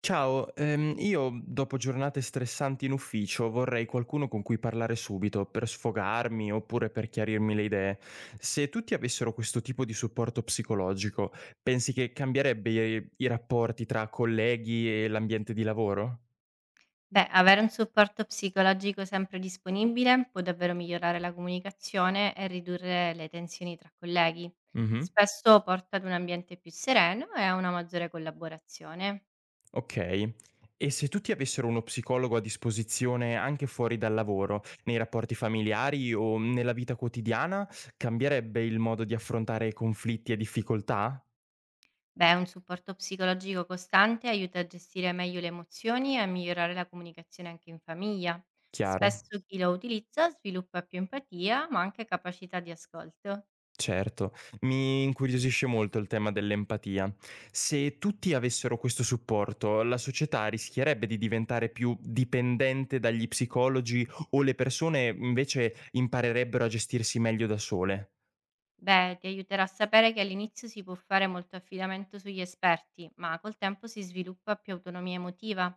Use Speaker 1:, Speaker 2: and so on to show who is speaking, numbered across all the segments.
Speaker 1: Ciao, io dopo giornate stressanti in ufficio vorrei qualcuno con cui parlare subito per sfogarmi oppure per chiarirmi le idee. Se tutti avessero questo tipo di supporto psicologico, pensi che cambierebbe i rapporti tra colleghi e l'ambiente di lavoro?
Speaker 2: Beh, avere un supporto psicologico sempre disponibile può davvero migliorare la comunicazione e ridurre le tensioni tra colleghi.
Speaker 1: Mhm.
Speaker 2: Spesso porta ad un ambiente più sereno e a una maggiore collaborazione.
Speaker 1: Ok. E se tutti avessero uno psicologo a disposizione anche fuori dal lavoro, nei rapporti familiari o nella vita quotidiana, cambierebbe il modo di affrontare conflitti e difficoltà?
Speaker 2: Beh, un supporto psicologico costante aiuta a gestire meglio le emozioni e a migliorare la comunicazione anche in famiglia.
Speaker 1: Chiaro.
Speaker 2: Spesso chi lo utilizza sviluppa più empatia, ma anche capacità di ascolto.
Speaker 1: Certo, mi incuriosisce molto il tema dell'empatia. Se tutti avessero questo supporto, la società rischierebbe di diventare più dipendente dagli psicologi o le persone invece imparerebbero a gestirsi meglio da sole?
Speaker 2: Beh, ti aiuterà a sapere che all'inizio si può fare molto affidamento sugli esperti, ma col tempo si sviluppa più autonomia emotiva.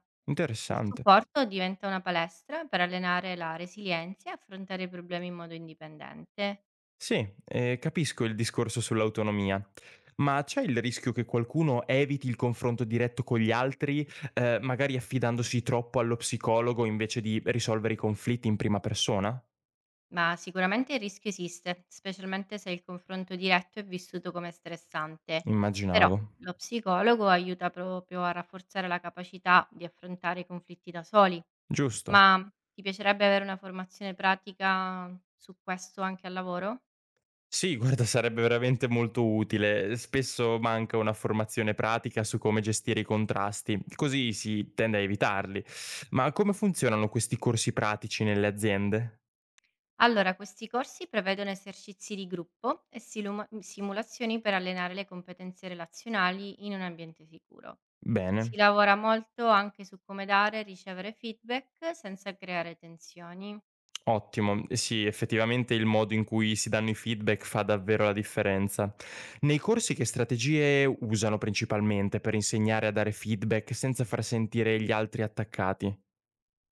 Speaker 2: Il
Speaker 1: Interessante.
Speaker 2: supporto diventa una palestra per allenare la resilienza e affrontare i problemi in modo indipendente.
Speaker 1: Sì, capisco il discorso sull'autonomia, ma c'è il rischio che qualcuno eviti il confronto diretto con gli altri, magari affidandosi troppo allo psicologo invece di risolvere i conflitti in prima persona?
Speaker 2: Ma sicuramente il rischio esiste, specialmente se il confronto diretto è vissuto come stressante, però
Speaker 1: Immaginavo.
Speaker 2: lo psicologo aiuta proprio a rafforzare la capacità di affrontare i conflitti da soli.
Speaker 1: Giusto.
Speaker 2: Ma ti piacerebbe avere una formazione pratica su questo anche al lavoro?
Speaker 1: Sì, guarda, sarebbe veramente molto utile. Spesso manca una formazione pratica su come gestire i contrasti, così si tende a evitarli. Ma come funzionano questi corsi pratici nelle aziende?
Speaker 2: Allora, questi corsi prevedono esercizi di gruppo e simulazioni per allenare le competenze relazionali in un ambiente sicuro. Si
Speaker 1: Bene,
Speaker 2: lavora molto anche su come dare e ricevere feedback senza creare tensioni.
Speaker 1: ottimo. Sì, effettivamente il modo in cui si danno i feedback fa davvero la differenza. Nei corsi che strategie usano principalmente per insegnare a dare feedback senza far sentire gli altri attaccati?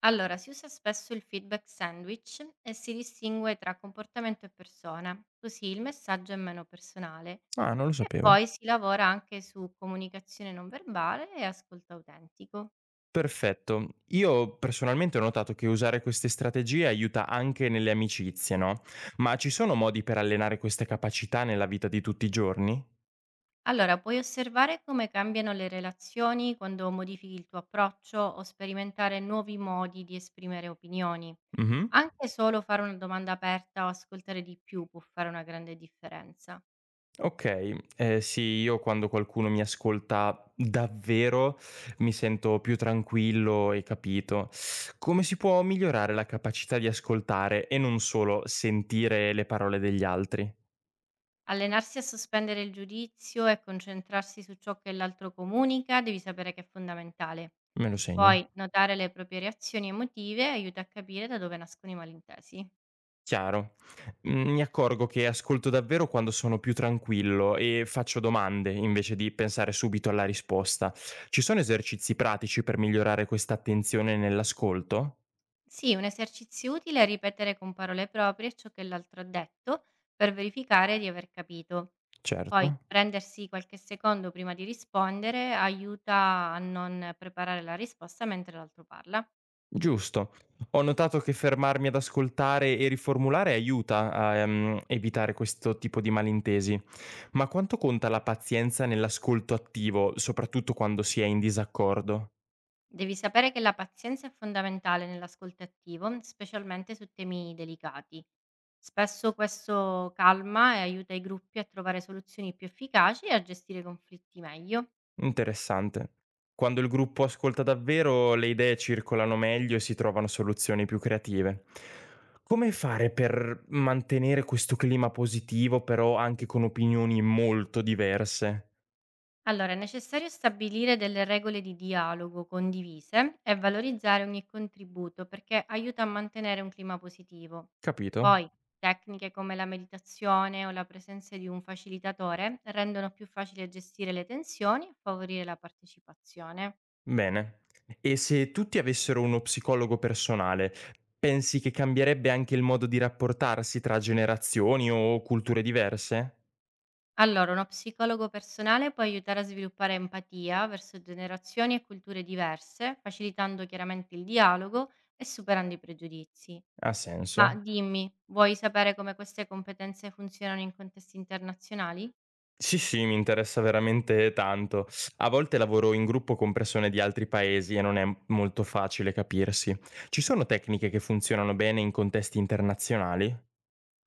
Speaker 2: Allora, si usa spesso il feedback sandwich e si distingue tra comportamento e persona, così il messaggio è meno personale.
Speaker 1: Ah, non lo
Speaker 2: E
Speaker 1: sapevo.
Speaker 2: poi si lavora anche su comunicazione non verbale e ascolto autentico.
Speaker 1: Perfetto. Io personalmente ho notato che usare queste strategie aiuta anche nelle amicizie, no? Ma ci sono modi per allenare queste capacità nella vita di tutti i giorni?
Speaker 2: Allora, puoi osservare come cambiano le relazioni quando modifichi il tuo approccio o sperimentare nuovi modi di esprimere opinioni.
Speaker 1: Mhm.
Speaker 2: Anche solo fare una domanda aperta o ascoltare di più può fare una grande differenza.
Speaker 1: Ok, sì, io quando qualcuno mi ascolta davvero mi sento più tranquillo e capito. Come si può migliorare la capacità di ascoltare e non solo sentire le parole degli altri?
Speaker 2: Allenarsi a sospendere il giudizio e concentrarsi su ciò che l'altro comunica devi sapere che è fondamentale.
Speaker 1: Me lo segno.
Speaker 2: Poi notare le proprie reazioni emotive aiuta a capire da dove nascono i malintesi.
Speaker 1: Chiaro. Mhmm, mi accorgo che ascolto davvero quando sono più tranquillo e faccio domande invece di pensare subito alla risposta. Ci sono esercizi pratici per migliorare questa attenzione nell'ascolto?
Speaker 2: Sì, un esercizio utile è ripetere con parole proprie ciò che l'altro ha detto per verificare di aver capito. Poi
Speaker 1: Certo.
Speaker 2: prendersi qualche secondo prima di rispondere aiuta a non preparare la risposta mentre l'altro parla.
Speaker 1: Giusto. Ho notato che fermarmi ad ascoltare e riformulare aiuta a evitare questo tipo di malintesi. Ma quanto conta la pazienza nell'ascolto attivo, soprattutto quando si è in disaccordo?
Speaker 2: Devi sapere che la pazienza è fondamentale nell'ascolto attivo, specialmente su temi delicati. Spesso questo calma e aiuta i gruppi a trovare soluzioni più efficaci e a gestire i conflitti meglio.
Speaker 1: Interessante. Quando il gruppo ascolta davvero, le idee circolano meglio e si trovano soluzioni più creative. Come fare per mantenere questo clima positivo, però anche con opinioni molto diverse?
Speaker 2: Allora, è necessario stabilire delle regole di dialogo condivise e valorizzare ogni contributo perché aiuta a mantenere un clima positivo.
Speaker 1: Capito?
Speaker 2: Poi, tecniche come la meditazione o la presenza di un facilitatore rendono più facile gestire le tensioni e favorire la partecipazione.
Speaker 1: Bene. E se tutti avessero uno psicologo personale, pensi che cambierebbe anche il modo di rapportarsi tra generazioni o culture diverse?
Speaker 2: Allora, uno psicologo personale può aiutare a sviluppare empatia verso generazioni e culture diverse, facilitando chiaramente il dialogo e superando i pregiudizi.
Speaker 1: Ha
Speaker 2: Ma
Speaker 1: senso?
Speaker 2: dimmi, vuoi sapere come queste competenze funzionano in contesti internazionali?
Speaker 1: Sì, sì, mi interessa veramente tanto. A volte lavoro in gruppo con persone di altri paesi e non è molto facile capirsi. Ci sono tecniche che funzionano bene in contesti internazionali?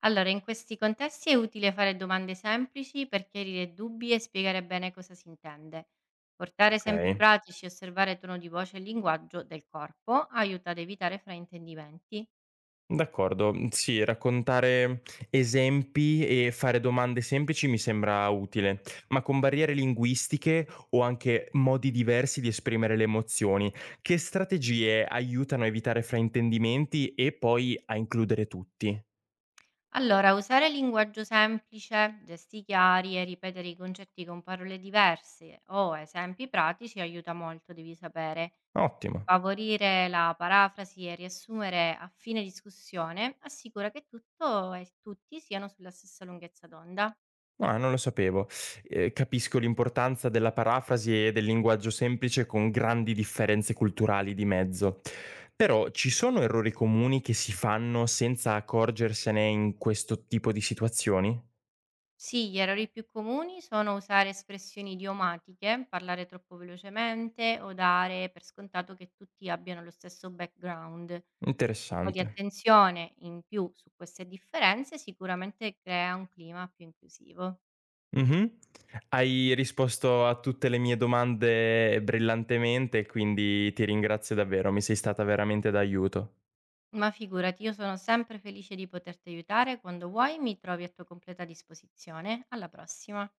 Speaker 2: Allora, in questi contesti è utile fare domande semplici per chiarire dubbi e spiegare bene cosa si intende. Portare esempi
Speaker 1: Ok,
Speaker 2: pratici e osservare tono di voce e linguaggio del corpo aiuta ad evitare fraintendimenti.
Speaker 1: d'accordo. Sì, raccontare esempi e fare domande semplici mi sembra utile, ma con barriere linguistiche o anche modi diversi di esprimere le emozioni, che strategie aiutano a evitare fraintendimenti e poi a includere tutti?
Speaker 2: Allora, usare linguaggio semplice, gesti chiari e ripetere i concetti con parole diverse o esempi pratici aiuta molto, devi sapere.
Speaker 1: Ottimo.
Speaker 2: Favorire la parafrasi e riassumere a fine discussione assicura che tutto e tutti siano sulla stessa lunghezza d'onda.
Speaker 1: Ah, non lo sapevo. Capisco l'importanza della parafrasi e del linguaggio semplice con grandi differenze culturali di mezzo. Però ci sono errori comuni che si fanno senza accorgersene in questo tipo di situazioni?
Speaker 2: Sì, gli errori più comuni sono usare espressioni idiomatiche, parlare troppo velocemente o dare per scontato che tutti abbiano lo stesso background. Un po' di
Speaker 1: Interessante.
Speaker 2: attenzione in più su queste differenze sicuramente crea un clima più inclusivo.
Speaker 1: Mh-mh. Hai risposto a tutte le mie domande brillantemente, quindi ti ringrazio davvero, mi sei stata veramente d'aiuto.
Speaker 2: Ma figurati, io sono sempre felice di poterti aiutare. Quando vuoi, mi trovi a tua completa disposizione. Alla prossima.